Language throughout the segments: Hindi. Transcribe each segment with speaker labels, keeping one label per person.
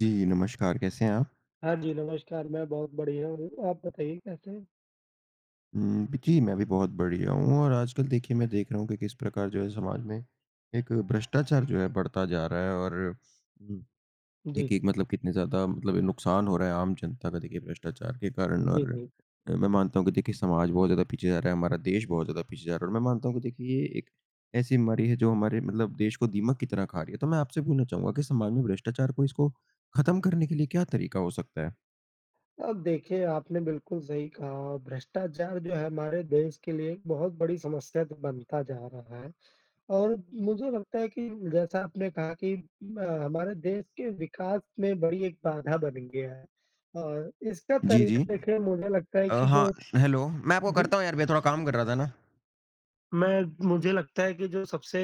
Speaker 1: जी, नमस्कार, कैसे हैं आप?
Speaker 2: हाँ जी, नमस्कार, मैं बहुत बढ़िया हूँ, आप बताइए कैसे हैं?
Speaker 1: जी, मैं भी बहुत बढ़िया हूँ और आजकल देखिए मैं देख रहा हूँ कि किस प्रकार जो है समाज में एक भ्रष्टाचार जो है बढ़ता जा रहा है और उम,
Speaker 2: जी,
Speaker 1: एक-एक मतलब कितने ज़्यादा मतलब नुकसान हो रहा है आम जनता का देखिए भ्रष्टाचार के कारण
Speaker 2: जी,
Speaker 1: और
Speaker 2: जी।
Speaker 1: मैं मानता हूँ कि देखिए समाज बहुत ज़्यादा पीछे जा रहा है, हमारा देश बहुत ज़्यादा पीछे जा रहा है और मैं मानता हूँ कि देखिए ये एक ऐसी बीमारी है जो हमारे मतलब देश को दीमक की तरह खा रही है। तो मैं आपसे पूछना चाहूँगा कि समाज में भ्रष्टाचार को इसको खत्म करने के लिए क्या तरीका हो सकता है?
Speaker 2: अब देखिए, आपने बिल्कुल सही कहा, भ्रष्टाचार जो है हमारे देश के लिए एक बहुत बड़ी समस्या तो बनता जा रहा है और मुझे लगता है कि जैसा आपने कहा कि हमारे देश के विकास में बड़ी एक बाधा बन गया है और इसका
Speaker 1: जी,
Speaker 2: तरीका
Speaker 1: जी।
Speaker 2: देखिए मुझे लगता है कि
Speaker 1: हाँ,
Speaker 2: जो
Speaker 1: हेलो, मैं आपको
Speaker 2: वि
Speaker 1: करता हूँ यार, मैं थोड़ा काम कर रहा था ना। हाँ
Speaker 2: मैं मुझे लगता है कि जो सबसे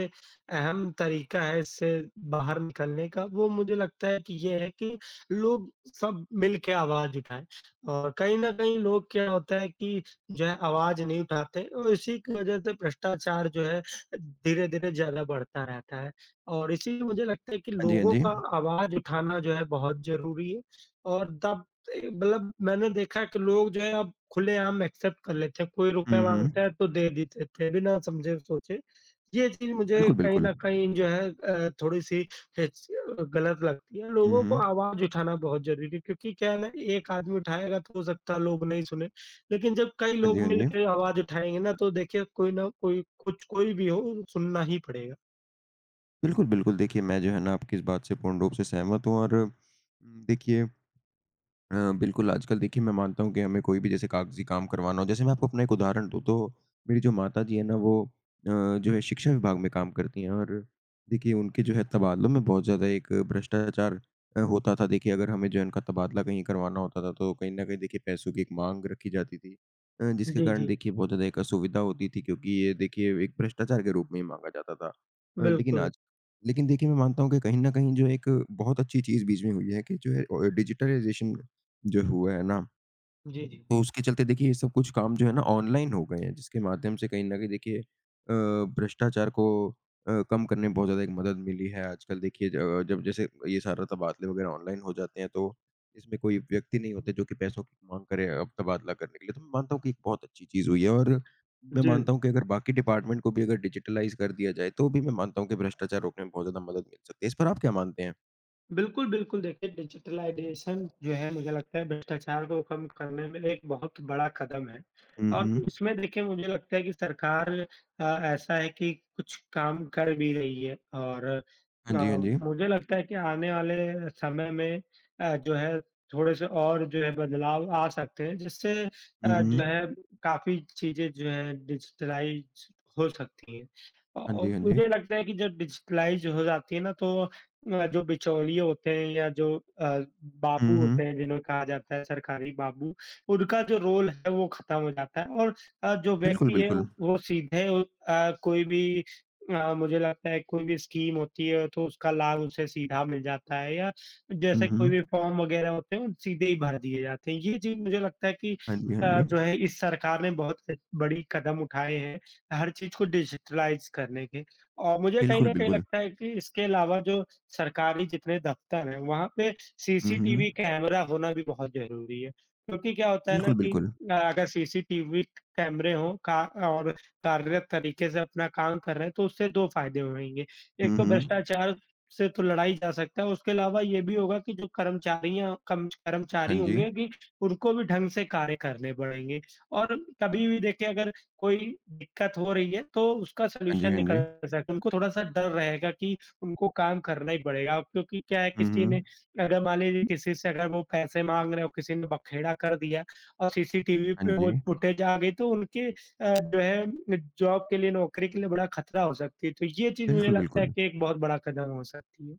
Speaker 2: अहम तरीका है इससे बाहर निकलने का, वो मुझे लगता है कि ये है कि लोग सब मिल के आवाज़ उठाएँ और कहीं न कहीं लोग क्या होता है कि जो है आवाज़ नहीं उठाते और इसी की वज़ह से भ्रष्टाचार जो है धीरे-धीरे ज़्यादा बढ़ता रहता है और इसीलिए मुझे लगता है कि
Speaker 1: जी, हाँ
Speaker 2: लोगों
Speaker 1: जी।
Speaker 2: का आवाज़ उठाना जो है बहुत ज़रूरी है और तब ए, मतलब मैंने देखा कि लोग जो है अब खुलेआम एक्सेप्ट कर लेते हैं, कोई रुपए
Speaker 1: हुँ, हुँ।
Speaker 2: माँगता है तो दे देते थे बिना समझे सोचे। ये चीज़ मुझे
Speaker 1: बिल्कुल,
Speaker 2: कहीं
Speaker 1: बिल्कुल।
Speaker 2: न कहीं जो है थोड़ी-सी हिच गलत लगती है।
Speaker 1: हुँ,
Speaker 2: लोगों को
Speaker 1: हुँ।
Speaker 2: आवाज़ उठाना बहुत ज़रूरी है क्योंकि क्या है ना, एक आदमी उठाएगा तो हो सकता है लोग नहीं सुने, लेकिन जब कई
Speaker 1: हाँ जी,
Speaker 2: लोग
Speaker 1: हाँ जी।
Speaker 2: मिलके आवाज़ उठाएँगे ना तो देखिए कोई ना कोई कुछ कोई भी हो सुनना ही पड़ेगा।
Speaker 1: बिल्कुल, बिल्कुल, देखिए मैं जो है ना आपकी इस बात से पूर्ण रूप से सहमत हूँ और देखिए बिल्कुल, आजकल देखिए मैं मानता हूँ कि हमें कोई भी जैसे कागज़ी काम करवाना हो जैसे मैं आपको अपना एक उदाहरण दूँ तो मेरी जो माताजी है ना वो जो है शिक्षा विभाग में काम करती हैं और देखिए उनके जो है तबादलों में बहुत ज़्यादा एक भ्रष्टाचार होता था। देखिए अगर हमें जो है इनका तबादला कहीं करवाना होता था तो कहीं न कहीं देखिए पैसों की एक माँग रखी जाती थी। जिसके
Speaker 2: जी,
Speaker 1: कारण
Speaker 2: जी।
Speaker 1: देखिए बहुत ज़्यादा एक असुविधा होती थी क्योंकि ये देखिए एक भ्रष्टाचार के रूप में ही माँगा जाता था। अ, लेकिन
Speaker 2: बिल्कुल।
Speaker 1: आज लेकिन देखिए मैं मानता हूँ कि कहीं न कहीं जो एक बहुत अच्छी चीज़ बीच में हुई है कि जो है डिजिटलाइज़ेशन जो हुआ है ना,
Speaker 2: जी, जी।
Speaker 1: तो उसके चलते देखिए ये सब कुछ काम जो है ना ऑनलाइन हो गए हैं, जिसके माध्यम से कहीं न कहीं देखिए भ्रष्टाचार को कम करने में बहुत ज़्यादा एक मदद मिली है। आजकल देखिए ज जब जैसे ये सारा तबादले वगैरह ऑनलाइन हो जाते हैं, तो इसमें कोई व्यक्ति नहीं होते जो कि पैसों की माँग करे तबादला करने के लिए। तो मैं मानता हूँ कि एक बहुत अच्छी चीज़ हुई है और मैं
Speaker 2: जी।
Speaker 1: मानता हूँ कि अगर बाकी डिपार्टमेंट को भी अगर डिजिटलाइज़ कर दिया जाए, तो भी मैं मानता हूँ कि भ्रष्टाचार रोकने में बहुत ज़्यादा मदद मिल सकती है। इस पर आप क्या मानते हैं?
Speaker 2: बिल्कुल, बिल्कुल। देखिए, डिजिटलाइज़ेशन जो है मुझे लगता है भ्रष्टाचार को कम करने में एक बहुत बड़ा कदम है
Speaker 1: हुँ,
Speaker 2: और
Speaker 1: हुँ।
Speaker 2: इसमें देखिए मुझे लगता है कि सरकार अ, ऐसा है कि कुछ काम कर भी रही है और
Speaker 1: हाँ जी, हाँ जी।
Speaker 2: मुझे लगता है कि आने वाले समय में जो है थोड़े-से और जो है बदलाव आ सकते हैं जिससे
Speaker 1: हुँ, हुँ।
Speaker 2: जो है काफ़ी चीज़ें जो हैं डिजिटलाइज़ हो सकती हैं।
Speaker 1: हाँ
Speaker 2: औ
Speaker 1: जी, हाँ जी।
Speaker 2: मुझे लगता है कि जब डिजिटलाइज़ हो जाती है ना तो जो बिचौलिए होते हैं या जो अ,
Speaker 1: हुँ,
Speaker 2: बाबू होते
Speaker 1: हुँ।
Speaker 2: हैं जिन्हें कहा जाता है सरकारी बाबू, उनका जो रोल है वो खत्म हो जाता है और जो
Speaker 1: बिल्कुल,
Speaker 2: व्यक्ति है
Speaker 1: बिल्कुल।
Speaker 2: वो सीधे कोई भी मुझे लगता है कोई भी स्कीम होती है तो उसका लाभ उसे सीधा मिल जाता है या
Speaker 1: हुँ,
Speaker 2: जैसे कोई
Speaker 1: हुँ।
Speaker 2: भी फॉर्म वगैरह होते हैं वो सीधे ही भर दिए जाते हैं। ये चीज़ मुझे लगता है कि
Speaker 1: हाँ जी, हाँ जी।
Speaker 2: जो है इस सरकार ने बहुत बड़ी कदम उठाए हैं, हर चीज़ को डिजिटलाइज़ करने के और मुझे कहीं
Speaker 1: बिल्कुल,
Speaker 2: न कहीं
Speaker 1: बिल्कुल।
Speaker 2: लगता है कि इसके अलावा जो सरकारी जितने दफ्तर हैं, वहाँ पे
Speaker 1: हुँ, हुँ।
Speaker 2: सीसीटीवी कैमरा होना भी बहुत ज़रूरी है। क्योंकि क्या होता है ना
Speaker 1: बिल्कुल,
Speaker 2: कि
Speaker 1: बिल्कुल।
Speaker 2: अगर सीसीटीवी कैमरे हों का और कार्यरत तरीके से अपना काम कर रहे हैं, तो उससे 2 फ़ायदे होएँगे। एक
Speaker 1: हुँ,
Speaker 2: तो
Speaker 1: हुँ।
Speaker 2: भ्रष्टाचार से तो लड़ा ही जा सकता है, उसके अलावा ये भी होगा कि जो कर्मचारियाँ कम कर्मचारी
Speaker 1: हाँ जी।
Speaker 2: होंगे कि उनको भी ढंग से कार्य करने पड़ेंगे। और कभी भी देखिए अगर कोई दिक्कत हो रही है, तो उसका
Speaker 1: हाँ जी,
Speaker 2: सॉल्यूशन
Speaker 1: हाँ जी।
Speaker 2: निकल सकता है। उनको थोड़ा-सा डर रहेगा कि उनको काम करना ही पड़ेगा। अब क्योंकि क्या है
Speaker 1: हुँ,
Speaker 2: किसी
Speaker 1: हुँ।
Speaker 2: ने अगर मान लीजिए किसी से अगर वो पैसे माँग रहे हो, किसी ने बखेड़ा कर दिया और सीसीटीवी
Speaker 1: हाँ
Speaker 2: पे
Speaker 1: जी।
Speaker 2: वो फुटेज आ गई तो उनके जो है जॉब के लिए, नौकरी के लिए बड़ा खतरा हो सकती है। तो ये चीज़ मुझे
Speaker 1: बिल्कुल,
Speaker 2: लगता है
Speaker 1: बिल्कुल।
Speaker 2: कि एक बहुत बड़ा कदम हो सकती है।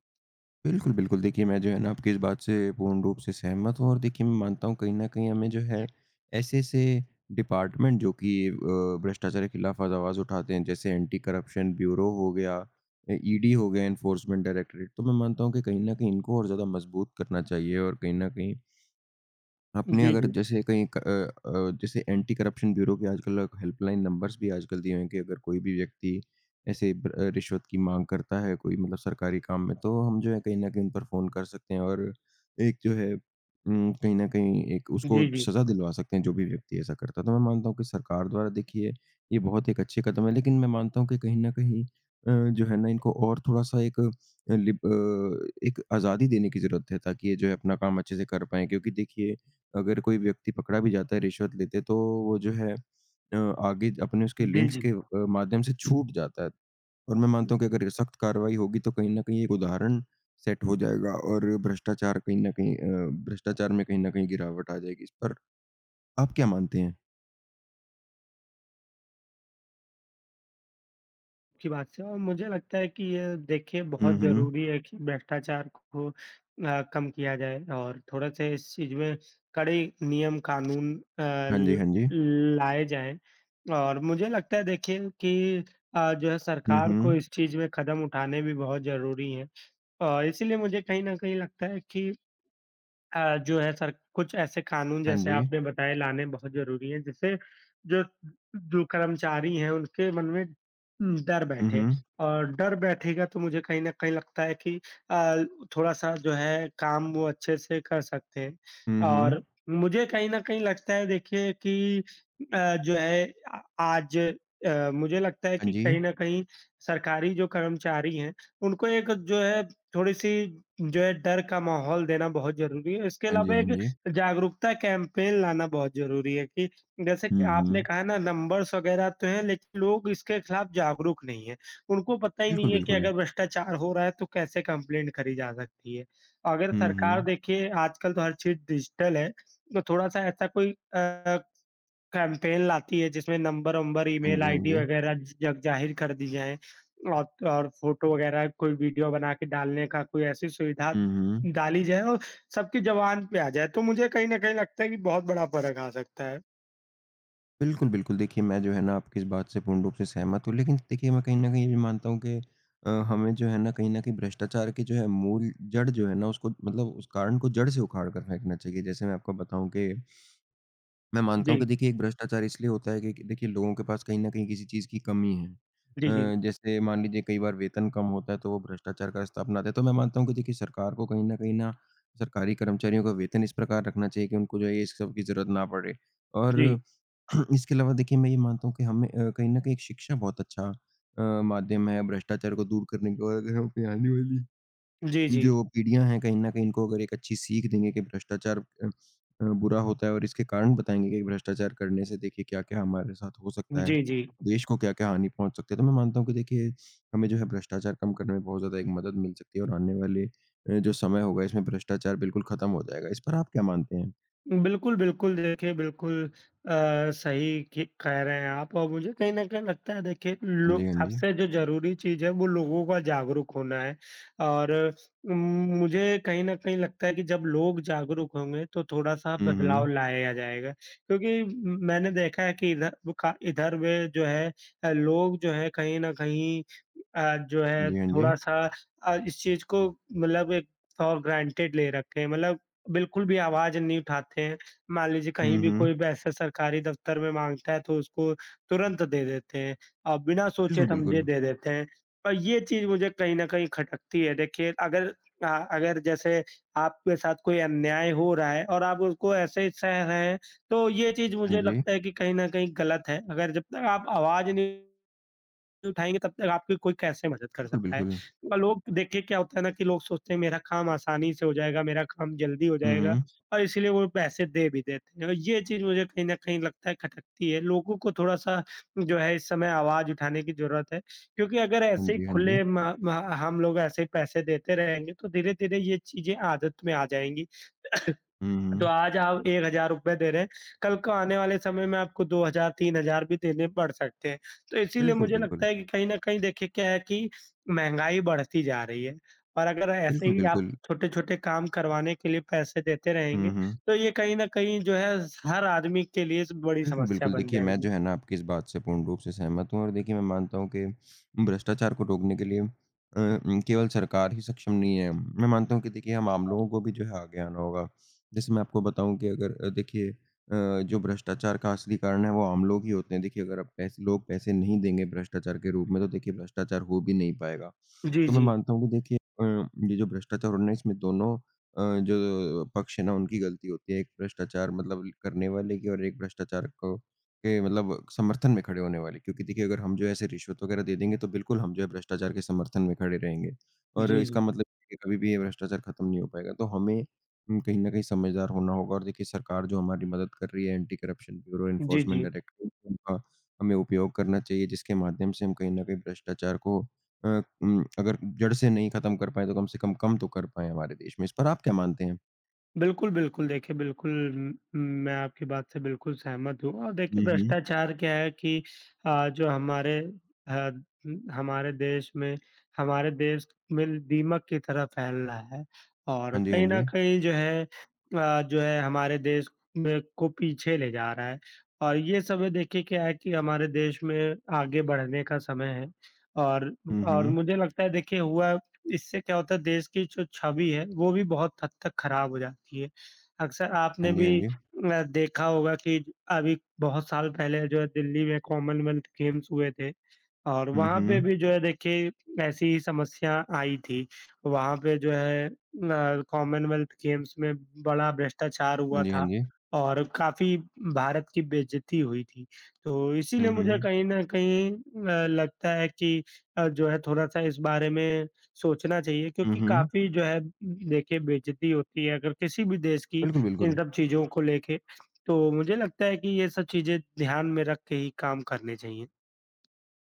Speaker 1: बिल्कुल, बिल्कुल देखिए मैं जो है ना आपकी इस बात से पूर्ण रूप से सहमत हूँ और देखिए मैं मानता हूँ कहीं न कहीं हमें जो है ऐसे-ऐसे डिपार्टमेंट जो कि भ्रष्टाचार के खिलाफ आज आवाज़ उठाते हैं जैसे एंटी करप्शन ब्यूरो हो गया, ईडी हो गया एनफोर्समेंट डायरेक्टरेट तो मैं मानता हूँ कि कहीं न कहीं इनको और ज़्यादा मजबूत करना चाहिए और कहीं न कहीं आपने
Speaker 2: जी,
Speaker 1: अगर
Speaker 2: जी।
Speaker 1: जैसे कहीं जैसे एंटी करप्शन ब्यूरो के आजकल हेल्पलाइन नंबर्स भी आजकल दिए हुए हैं कि अगर कोई भी व्यक्ति ऐसे रिश्वत की माँग करता है कोई मतलब सरकारी काम में, तो हम जो है कहीं न कहीं उन पर फ़ोन कर सकते हैं और एक जो है कहीं न कहीं एक उसको
Speaker 2: जी, जी।
Speaker 1: सज़ा दिलवा सकते हैं जो भी व्यक्ति ऐसा करता है। तो मैं मानता हूँ कि सरकार द्वारा देखिए ये बहुत एक अच्छे कदम है, लेकिन मैं मानता हूँ कि कहीं न कहीं जो है ना इनको और थोड़ा-सा एक एक आज़ादी देने की ज़रूरत है ताकि ये जो है अपना काम अच्छे से कर पाएँ क्योंकि देखिए अगर कोई व्यक्ति पकड़ा भी जाता है रिश्वत लेते तो वो जो है आगे अपने उसके
Speaker 2: जी,
Speaker 1: लिंक्स के
Speaker 2: जी।
Speaker 1: माध्यम से छूट जाता है और मैं मानता हूँ कि अगर सख्त कार्रवाई होगी तो कहीं न कहीं एक उदाहरण सेट हो जाएगा और भ्रष्टाचार कहीं न कहीं भ्रष्टाचार में कहीं न कहीं गिरावट आ जाएगी। इस पर आप क्या मानते हैं?
Speaker 2: की बात से और मुझे लगता है कि ये देखिए बहुत
Speaker 1: हुँ, हुँ।
Speaker 2: ज़रूरी है कि भ्रष्टाचार को कम किया जाए और थोड़ा-सा इस चीज़ में कड़े नियम कानून अ,
Speaker 1: हाँ जी,
Speaker 2: ल
Speaker 1: हाँ जी।
Speaker 2: लाए जाएँ और मुझे लगता है देखिए कि जो है
Speaker 1: हुँ,
Speaker 2: सरकार को
Speaker 1: हुँ।
Speaker 2: इस चीज़ में कदम उठाने भी बहुत ज़रूरी हैं। इसीलिए मुझे कहीं न कहीं लगता है कि जो है सर कुछ ऐसे कानून
Speaker 1: हाँ
Speaker 2: जैसे
Speaker 1: जी।
Speaker 2: आपने बताए लाने बहुत ज़रूरी हैं, जिससे जो जो कर्मचारी हैं उनके मन में डर
Speaker 1: हुँ,
Speaker 2: बैठे
Speaker 1: हुँ।
Speaker 2: और डर बैठेगा तो मुझे कहीं न कहीं लगता है कि अ, थोड़ा-सा जो है काम वो अच्छे से कर सकते हैं।
Speaker 1: हुँ, हुँ।
Speaker 2: और मुझे कहीं न कहीं लगता है देखिए कि जो है आज मुझे लगता है
Speaker 1: हाँ
Speaker 2: कि
Speaker 1: जी।
Speaker 2: कहीं न कहीं सरकारी जो कर्मचारी हैं, उनको एक जो है थोड़ी-सी जो है डर का माहौल देना बहुत ज़रूरी है। इसके
Speaker 1: हाँ जी,
Speaker 2: अलावा
Speaker 1: हाँ
Speaker 2: एक
Speaker 1: जी।
Speaker 2: जागरूकता कैंपेन लाना बहुत ज़रूरी है कि जैसे कि
Speaker 1: हुँ,
Speaker 2: आपने
Speaker 1: हुँ।
Speaker 2: कहा ना नंबर्स वग़ैरह तो हैं लेकिन लोग इसके खिलाफ जागरूक नहीं हैं। उनको पता ही
Speaker 1: बिल्कुल,
Speaker 2: नहीं है कि
Speaker 1: बिल्कुल।
Speaker 2: अगर भ्रष्टाचार हो रहा है तो कैसे कंप्लेंट करी जा सकती है। अगर
Speaker 1: हुँ,
Speaker 2: सरकार
Speaker 1: हुँ।
Speaker 2: देखिए आजकल तो हर चीज़ डिजिटल है, तो थोड़ा-सा ऐसा कोई अ कैंपेन लाती है जिसमें नंबर वंबर,
Speaker 1: हाँ
Speaker 2: ईमेल
Speaker 1: जी, हाँ
Speaker 2: आईडी
Speaker 1: जी।
Speaker 2: वगैरह जग जाहिर कर दी जाए और फ़ोटो वगैरह कोई वीडियो बना के डालने का कोई ऐसी सुविधा
Speaker 1: हुँ, हुँ।
Speaker 2: डाली जाए और सबकी ज़ुबान पे आ जाए, तो मुझे कहीं न कहीं लगता है कि बहुत बड़ा फ़र्क आ सकता है।
Speaker 1: बिल्कुल, बिल्कुल। देखिए, मैं जो है ना आपकी इस बात से पूर्ण रूप से सहमत हूँ, लेकिन देखिए मैं कहीं न कहीं ये भी मानता हूँ कि हमें जो है ना कहीं न कहीं भ्रष्टाचार की जो है मूल जड़ जो है ना उसको मतलब उस कारण को जड़ से उखाड़ कर फेंकना चाहिए। जैसे मैं आपको बताऊँ कि मैं मानता
Speaker 2: जी।
Speaker 1: हूँ कि देखिए एक भ्रष्टाचार इसलिए होता है कि देखिए लोगों के पास कहीं न कहीं किसी चीज़ की कमी है।
Speaker 2: जी, जी।
Speaker 1: जैसे मान लीजिए कई बार वेतन कम होता है तो वो भ्रष्टाचार का रास्ता अपनाते हैं। तो मैं मानता हूँ कि देखिए सरकार को कहीं न कहीं ना सरकारी कर्मचारियों का वेतन इस प्रकार रखना चाहिए कि उनको जो है ये इस सब की ज़रूरत ना पड़े और
Speaker 2: जी।
Speaker 1: इसके अलावा देखिए मैं ये मानता हूँ कि हमें कहीं न कहीं एक शिक्षा बहुत अच्छा माध्यम है भ्रष्टाचार को दूर करने का और अगर हम अपनी आने वाली
Speaker 2: जी, जी।
Speaker 1: जो पीढ़ियाँ हैं कहीं न कहीं इनको अगर एक अच्छी सीख देंगे कि भ्रष्टाचार बुरा होता है और इसके कारण बताएँगे कि भ्रष्टाचार करने से देखिए क्या-क्या हमारे साथ हो सकता है,
Speaker 2: जी, जी।
Speaker 1: देश को क्या-क्या हानि पहुँच सकती है। तो मैं मानता हूँ कि देखिए हमें जो है भ्रष्टाचार कम करने में बहुत ज़्यादा एक मदद मिल सकती है और आने वाले जो समय होगा इसमें भ्रष्टाचार बिल्कुल खत्म हो जाएगा। इस पर आप क्या मानते हैं?
Speaker 2: बिल्कुल, बिल्कुल। देखिए, बिल्कुल अ, सही क कह रहे हैं आप और मुझे कहीं न कहीं लगता है देखिए
Speaker 1: हाँ
Speaker 2: लो
Speaker 1: जी, हाँ जी।
Speaker 2: सबसे जो ज़रूरी चीज़ है वो लोगों का जागरूक होना है और उम, मुझे कहीं न कहीं लगता है कि जब लोग जागरूक होंगे तो थोड़ा-सा
Speaker 1: हुँ,
Speaker 2: बदलाव
Speaker 1: हुँ।
Speaker 2: लाया जाएगा। क्योंकि म मैंने देखा है कि इधर वो का इधर वे जो है लोग जो है कहीं न कहीं जो है
Speaker 1: जी, हाँ जी।
Speaker 2: थोड़ा-सा इस चीज़ को मतलब एक फॉर ग्रांटेड ले रखे हैं। मतलब बिल्कुल भी आवाज़ नहीं उठाते हैं। मान लीजिए
Speaker 1: हुँ,
Speaker 2: कहीं भी
Speaker 1: हुँ।
Speaker 2: कोई पैसा सरकारी दफ़्तर में माँगता है तो उसको तुरंत दे देते हैं। बिना
Speaker 1: बिल्कुल,
Speaker 2: सोचे-समझे
Speaker 1: बिल्कुल।
Speaker 2: दे देते हैं। और ये चीज़ मुझे कहीं न कहीं खटकती है। देखिए अगर अगर जैसे आपके साथ कोई अन्याय हो रहा है और आप उसको ऐसे ही सह रहे हैं, तो ये चीज़
Speaker 1: हाँ
Speaker 2: मुझे
Speaker 1: जी।
Speaker 2: लगता है कि कहीं न कहीं गलत है। अगर जब तक आप आवाज़ नहीं उठाएँगे तब तक आपकी कोई कैसे मदद कर
Speaker 1: बिल्कुल,
Speaker 2: सकता है।
Speaker 1: बिल्कुल।
Speaker 2: पर लोग देखिए क्या होता है ना कि लोग सोचते हैं मेरा काम आसानी से हो जाएगा, मेरा काम जल्दी हो
Speaker 1: हुँ,
Speaker 2: जाएगा
Speaker 1: हुँ।
Speaker 2: और इसीलिए वो पैसे दे भी देते हैं। और ये चीज़ मुझे कहीं न कहीं लगता है खटकती है। लोगों को थोड़ा-सा जो है इस समय आवाज़ उठाने की ज़रूरत है क्योंकि अगर
Speaker 1: हाँ
Speaker 2: ऐसे ही
Speaker 1: जी, हाँ जी।
Speaker 2: खुले म म हम लोग ऐसे ही पैसे देते रहेंगे तो धीरे-धीरे ये चीज़ें आदत में आ जाएँगी।
Speaker 1: हुँ,
Speaker 2: तो
Speaker 1: हुँ।
Speaker 2: आज आप ₹1000 रुपए दे रहे हैं, कल को आने वाले समय में आपको 2000 3000 भी देने पड़ सकते हैं। तो इसीलिए
Speaker 1: बिल्कुल,
Speaker 2: मुझे
Speaker 1: बिल्कुल।
Speaker 2: लगता है कि कहीं न कहीं देखिए क्या है कि महँगाई बढ़ती जा रही है और अगर ऐसे
Speaker 1: बिल्कुल,
Speaker 2: ही आप
Speaker 1: बिल्कुल।
Speaker 2: छोटे-छोटे काम करवाने के लिए पैसे देते
Speaker 1: हुँ,
Speaker 2: रहेंगे,
Speaker 1: हुँ।
Speaker 2: तो ये कहीं न कहीं जो है हर आदमी के लिए बड़ी
Speaker 1: बिल्कुल,
Speaker 2: समस्या
Speaker 1: बिल्कुल।
Speaker 2: बन
Speaker 1: देखिए, मैं
Speaker 2: जाएगी।
Speaker 1: जो है ना आपकी इस बात से पूर्ण रूप से सहमत हूँ और देखिए मैं मानता हूँ कि भ्रष्टाचार को रोकने के लिए केवल सरकार ही सक्षम नहीं है। मैं मानता हूँ कि देखिए हम आम लोगों को भी जो है आगे आना होगा। जैसे मैं आपको बताऊँ कि अगर देखिए जो भ्रष्टाचार का असली कारण है वो आम लोग ही होते हैं। देखिए अगर अब पैसे लोग पैसे नहीं देंगे भ्रष्टाचार के रूप में तो देखिए भ्रष्टाचार हो भी नहीं पाएगा।
Speaker 2: जी,
Speaker 1: तो मैं
Speaker 2: जी।
Speaker 1: मानता हूँ कि देखिए ये जो भ्रष्टाचार हो रहा है इसमें दोनों अ, जो पक्ष है ना उनकी गलती होती है, एक भ्रष्टाचार मतलब करने वाले की और एक भ्रष्टाचार को के मतलब समर्थन में खड़े होने वाले। क्योंकि देखिए अगर हम जो है ऐसे रिश्वत वगैरह दे देंगे तो बिल्कुल हम जो है भ्रष्टाचार के समर्थन में खड़े रहेंगे। और
Speaker 2: जी,
Speaker 1: इसका
Speaker 2: जी।
Speaker 1: मतलब है कि कभी भी ये भ्रष्टाचार खत्म नहीं हो पाएगा। तो हमें कहीं न कहीं समझदार होना होगा और देखिए सरकार जो हमारी मदद कर रही है एंटी करप्शन ब्यूरो
Speaker 2: जी,
Speaker 1: एनफोर्समेंट
Speaker 2: जी।
Speaker 1: डायरेक्टरेट उनका हमें उपयोग करना चाहिए जिसके माध्यम से हम कहीं न कहीं भ्रष्टाचार को अगर जड़ से नहीं खत्म कर पाएँ तो कम से कम कम तो कर पाएँ हमारे देश में। इस पर आप क्या मानते हैं?
Speaker 2: बिल्कुल, बिल्कुल। देखिए, बिल्कुल म मैं आपकी बात से बिल्कुल सहमत हूँ और देखिए
Speaker 1: हुँ, हुँ।
Speaker 2: भ्रष्टाचार क्या है कि जो हमारे अ, हमारे देश में हमारे देश में दीमक की तरह फैल रहा है और
Speaker 1: हाँ जी, हाँ
Speaker 2: कहीं न
Speaker 1: जी।
Speaker 2: कहीं जो है जो है हमारे देश में को पीछे ले जा रहा है और ये समय देखिए क्या है कि हमारे देश में आगे बढ़ने का समय है और
Speaker 1: हुँ,
Speaker 2: और
Speaker 1: हुँ।
Speaker 2: मुझे लगता है देखिए हुआ इससे क्या होता है देश की जो छवि है वो भी बहुत हद तक खराब हो जाती है। अक्सर आपने
Speaker 1: हाँ जी, हाँ
Speaker 2: भी
Speaker 1: जी।
Speaker 2: देखा होगा कि अभी बहुत साल पहले जो है दिल्ली में कॉमनवेल्थ गेम्स हुए थे। और
Speaker 1: हुँ,
Speaker 2: वहाँ पे
Speaker 1: हुँ।
Speaker 2: भी जो है देखिए ऐसी ही समस्या आई थी। वहाँ पे जो है न कॉमनवेल्थ गेम्स में बड़ा भ्रष्टाचार
Speaker 1: हाँ
Speaker 2: हुआ
Speaker 1: जी, हाँ
Speaker 2: था
Speaker 1: जी।
Speaker 2: और काफ़ी भारत की बेइज़्ज़ती हुई थी। तो
Speaker 1: हुँ,
Speaker 2: इसीलिए मुझे
Speaker 1: हुँ।
Speaker 2: कहीं न कहीं लगता है कि जो है थोड़ा-सा इस बारे में सोचना चाहिए
Speaker 1: हुँ,
Speaker 2: क्योंकि
Speaker 1: हुँ।
Speaker 2: काफ़ी जो है देखिए बेइज़्ज़ती होती है अगर किसी भी देश की
Speaker 1: बिल्कुल,
Speaker 2: इन
Speaker 1: बिल्कुल।
Speaker 2: सब चीज़ों को लेके। तो मुझे लगता है कि ये सब चीज़ें ध्यान में रख के ही काम करने चाहिए।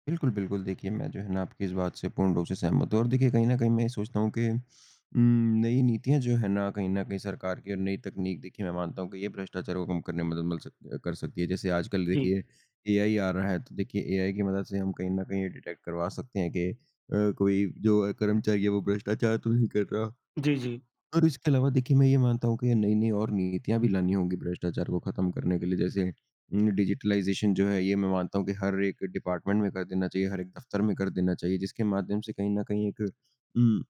Speaker 1: बिल्कुल, बिल्कुल। देखिए, मैं जो है ना आपकी इस बात से पूर्ण रूप से सहमत हूँ और देखिए कहीं न कहीं मैं ये सोचता हूँ कि नई नीतियाँ जो है ना कहीं न कहीं सरकार की और नई तकनीक देखिए मैं मानता हूँ कि ये भ्रष्टाचार को कम करने में मदद मिल सक कर सकती है। जैसे आजकल
Speaker 2: जी।
Speaker 1: देखिए एआई आ रहा है तो देखिए एआई की मदद से हम कहीं न कहीं ये डिटेक्ट करवा सकते हैं कि कोई जो कर्मचारी है वो भ्रष्टाचार तो नहीं कर रहा।
Speaker 2: जी, जी।
Speaker 1: और इसके अलावा देखिए मैं ये मानता हूँ कि नई-नई और नीतियाँ भी लानी होंगी भ्रष्टाचार को खत्म करने के लिए जैसे डिजिटलाइज़ेशन जो है ये मैं मानता हूँ कि हर एक डिपार्टमेंट में कर देना चाहिए, हर एक दफ्तर में कर देना चाहिए जिसके माध्यम से कहीं न कहीं एक उम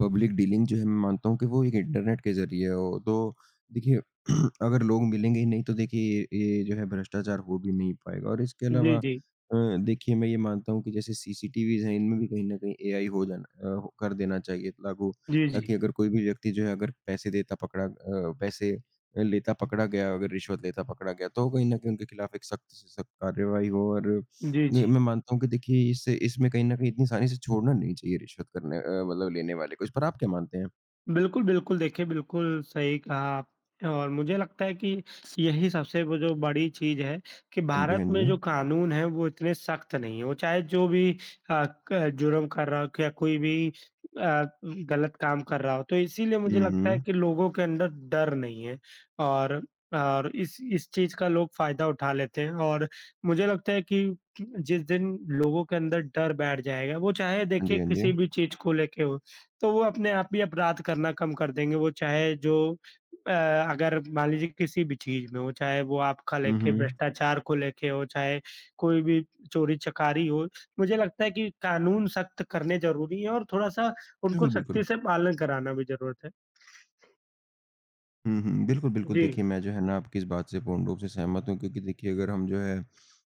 Speaker 1: पब्लिक डीलिंग जो है मैं मानता हूँ कि वो एक इंटरनेट के ज़रिए हो, तो देखिए अगर लोग मिलेंगे ही नहीं तो देखिए ये जो है भ्रष्टाचार हो भी नहीं पाएगा और इसके अलावा
Speaker 2: जी, जी।
Speaker 1: देखिए मैं ये मानता हूँ कि जैसे सीसीटीवीज़ हैं इनमें भी कहीं न कहीं एआई हो जाना कर देना चाहिए लागू
Speaker 2: जी, जी।
Speaker 1: ताकि अगर कोई भी व्यक्ति जो है अगर पैसे लेता पकड़ा गया, अगर रिश्वत लेता पकड़ा गया तो कहीं न कहीं उनके खिलाफ एक सख्त से सख्त कार्यवाही हो और
Speaker 2: जी,
Speaker 1: नहीं,
Speaker 2: जी।
Speaker 1: मैं मानता हूँ कि देखिए इससे इसमें कहीं न कहीं इतनी आसानी से छोड़ना नहीं चाहिए रिश्वत करने अ, मतलब लेने वाले को। इस पर आप क्या मानते हैं?
Speaker 2: बिल्कुल, बिल्कुल। देखिए, बिल्कुल सही कहा आप और मुझे लगता है कि यही सबसे वो जो बड़ी चीज़ है कि
Speaker 1: हाँ जी, हाँ
Speaker 2: भारत
Speaker 1: जी।
Speaker 2: में जो कानून हैं, वो इतने सख्त नहीं हैं। वो चाहे जो भी अ, क जुर्म कर रहा हो या कोई भी गलत काम कर रहा हो, तो इसीलिए मुझे
Speaker 1: हुँ,
Speaker 2: लगता है
Speaker 1: हुँ।
Speaker 2: कि लोगों के अंदर डर नहीं है और और इस चीज़ का लोग फ़ायदा उठा लेते हैं और मुझे लगता है कि जिस दिन लोगों के अंदर डर बैठ जाएगा, वो चाहे
Speaker 1: हाँ जी,
Speaker 2: देखिए
Speaker 1: हाँ जी।
Speaker 2: किसी भी चीज़ को लेके हो। तो वो अपने आप ही अपराध करना कम कर देंगे, वो चाहे जो अ, अगर मान लीजिए किसी भी चीज़ में हो, चाहे वो आपका
Speaker 1: हुँ,
Speaker 2: लेके
Speaker 1: हुँ।
Speaker 2: भ्रष्टाचार को लेके हो, चाहे कोई भी चोरी-चकारी हो, मुझे लगता है कि कानून सख्त करने ज़रूरी हैं और थोड़ा-सा उनको
Speaker 1: बिल्कुल, बिल्कुल।
Speaker 2: सख्ती से पालन कराना भी ज़रूरत है।
Speaker 1: हुँ, हुँ। बिल्कुल, बिल्कुल
Speaker 2: जी।
Speaker 1: देखिए मैं जो है ना आपकी इस बात से पूर्ण रूप से सहमत हूँ क्योंकि देखिए अगर हम जो है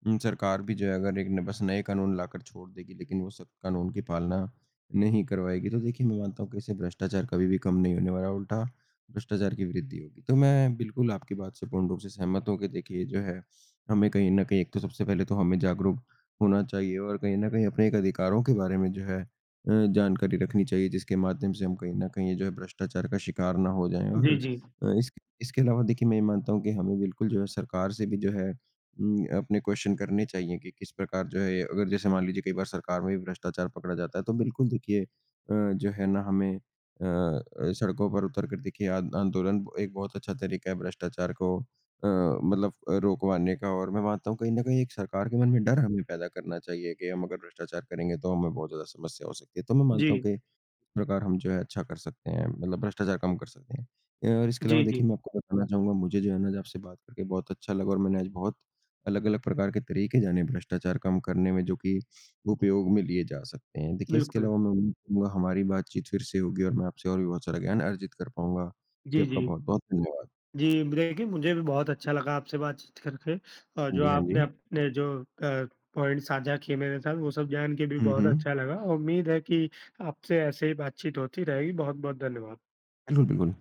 Speaker 1: सरकार भी जो है अगर एक न बस नए कानून लाकर छोड़ देगी लेकिन वो सख्त कानून की पालना नहीं करवाएगी तो देखिए मैं मानता हूँ कि इससे भ्रष्टाचार कभी भी कम नहीं होने वाला, उल्टा भ्रष्टाचार की वृद्धि होगी। तो मैं बिल्कुल आपकी बात से पूर्ण रूप से सहमत हूँ कि देखिए जो है हमें कहीं न कहीं एक तो सबसे पहले तो हमें जागरूक होना चाहिए और कहीं न कहीं अपने एक अधिकारों के बारे में जो है जानकारी रखनी चाहिए जिसके माध्यम से हम कहीं न कहीं ये जो है भ्रष्टाचार का शिकार ना हो जाएँ और
Speaker 2: जी, जी।
Speaker 1: अ, इसके इसके अलावा देखिए मैं ये मानता हूँ कि हमें बिल्कुल जो है सरकार से भी जो है अपने क्वेश्चन करने चाहिए कि किस प्रकार जो है अगर जैसे मान लीजिए कई बार सरकार में भी भ्रष्टाचार पकड़ा जाता है तो बिल्कुल देखिए जो है ना हमें सड़कों पर उतर कर देखिए आन आंदोलन एक बहुत अच्छा तरीका है भ्रष्टाचार को रोकवाने का और मैं मानता हूँ कहीं न कहीं एक सरकार के मन में डर हमें पैदा करना चाहिए कि हम अगर भ्रष्टाचार करेंगे तो हमें बहुत ज़्यादा समस्या हो सकती है। तो मैं मानता
Speaker 2: जी।
Speaker 1: हूँ कि प्रकार हम जो है अच्छा कर सकते हैं, मतलब भ्रष्टाचार कम कर सकते हैं। और इसके अलावा
Speaker 2: जी, जी।
Speaker 1: देखिए मैं आपको बताना चाहूँगा मुझे जो है ना आज आपसे बात करके बहुत अच्छा लगा और मैंने आज बहुत अलग-अलग प्रकार के तरीके जाने भ्रष्टाचार कम करने में जो कि उपयोग में लिए जा सकते हैं। देखिए इसके
Speaker 2: बिल्कुल।
Speaker 1: अलावा मैं उम्मीद करूँगा हमारी बातचीत फिर से होगी और मैं आपसे और भी बहुत सारा ज्ञान अर्जित कर पाऊँगा। जी,
Speaker 2: जी,
Speaker 1: आपका
Speaker 2: जी।
Speaker 1: बहुत-बहुत धन्यवाद।
Speaker 2: जी, देखिए मुझे भी बहुत अच्छा लगा आपसे बातचीत करके और
Speaker 1: हाँ
Speaker 2: जो
Speaker 1: जी, हाँ जी।
Speaker 2: आपने अपने जो पॉइंट साझा किए मेरे साथ वो सब जान के भी
Speaker 1: हुँ,
Speaker 2: बहुत
Speaker 1: हुँ।
Speaker 2: अच्छा लगा। उम्मीद है कि आपसे ऐसे ही बातचीत होती रहेगी। बहुत-बहुत धन्यवाद।
Speaker 1: बिल्कुल, बिल्कुल।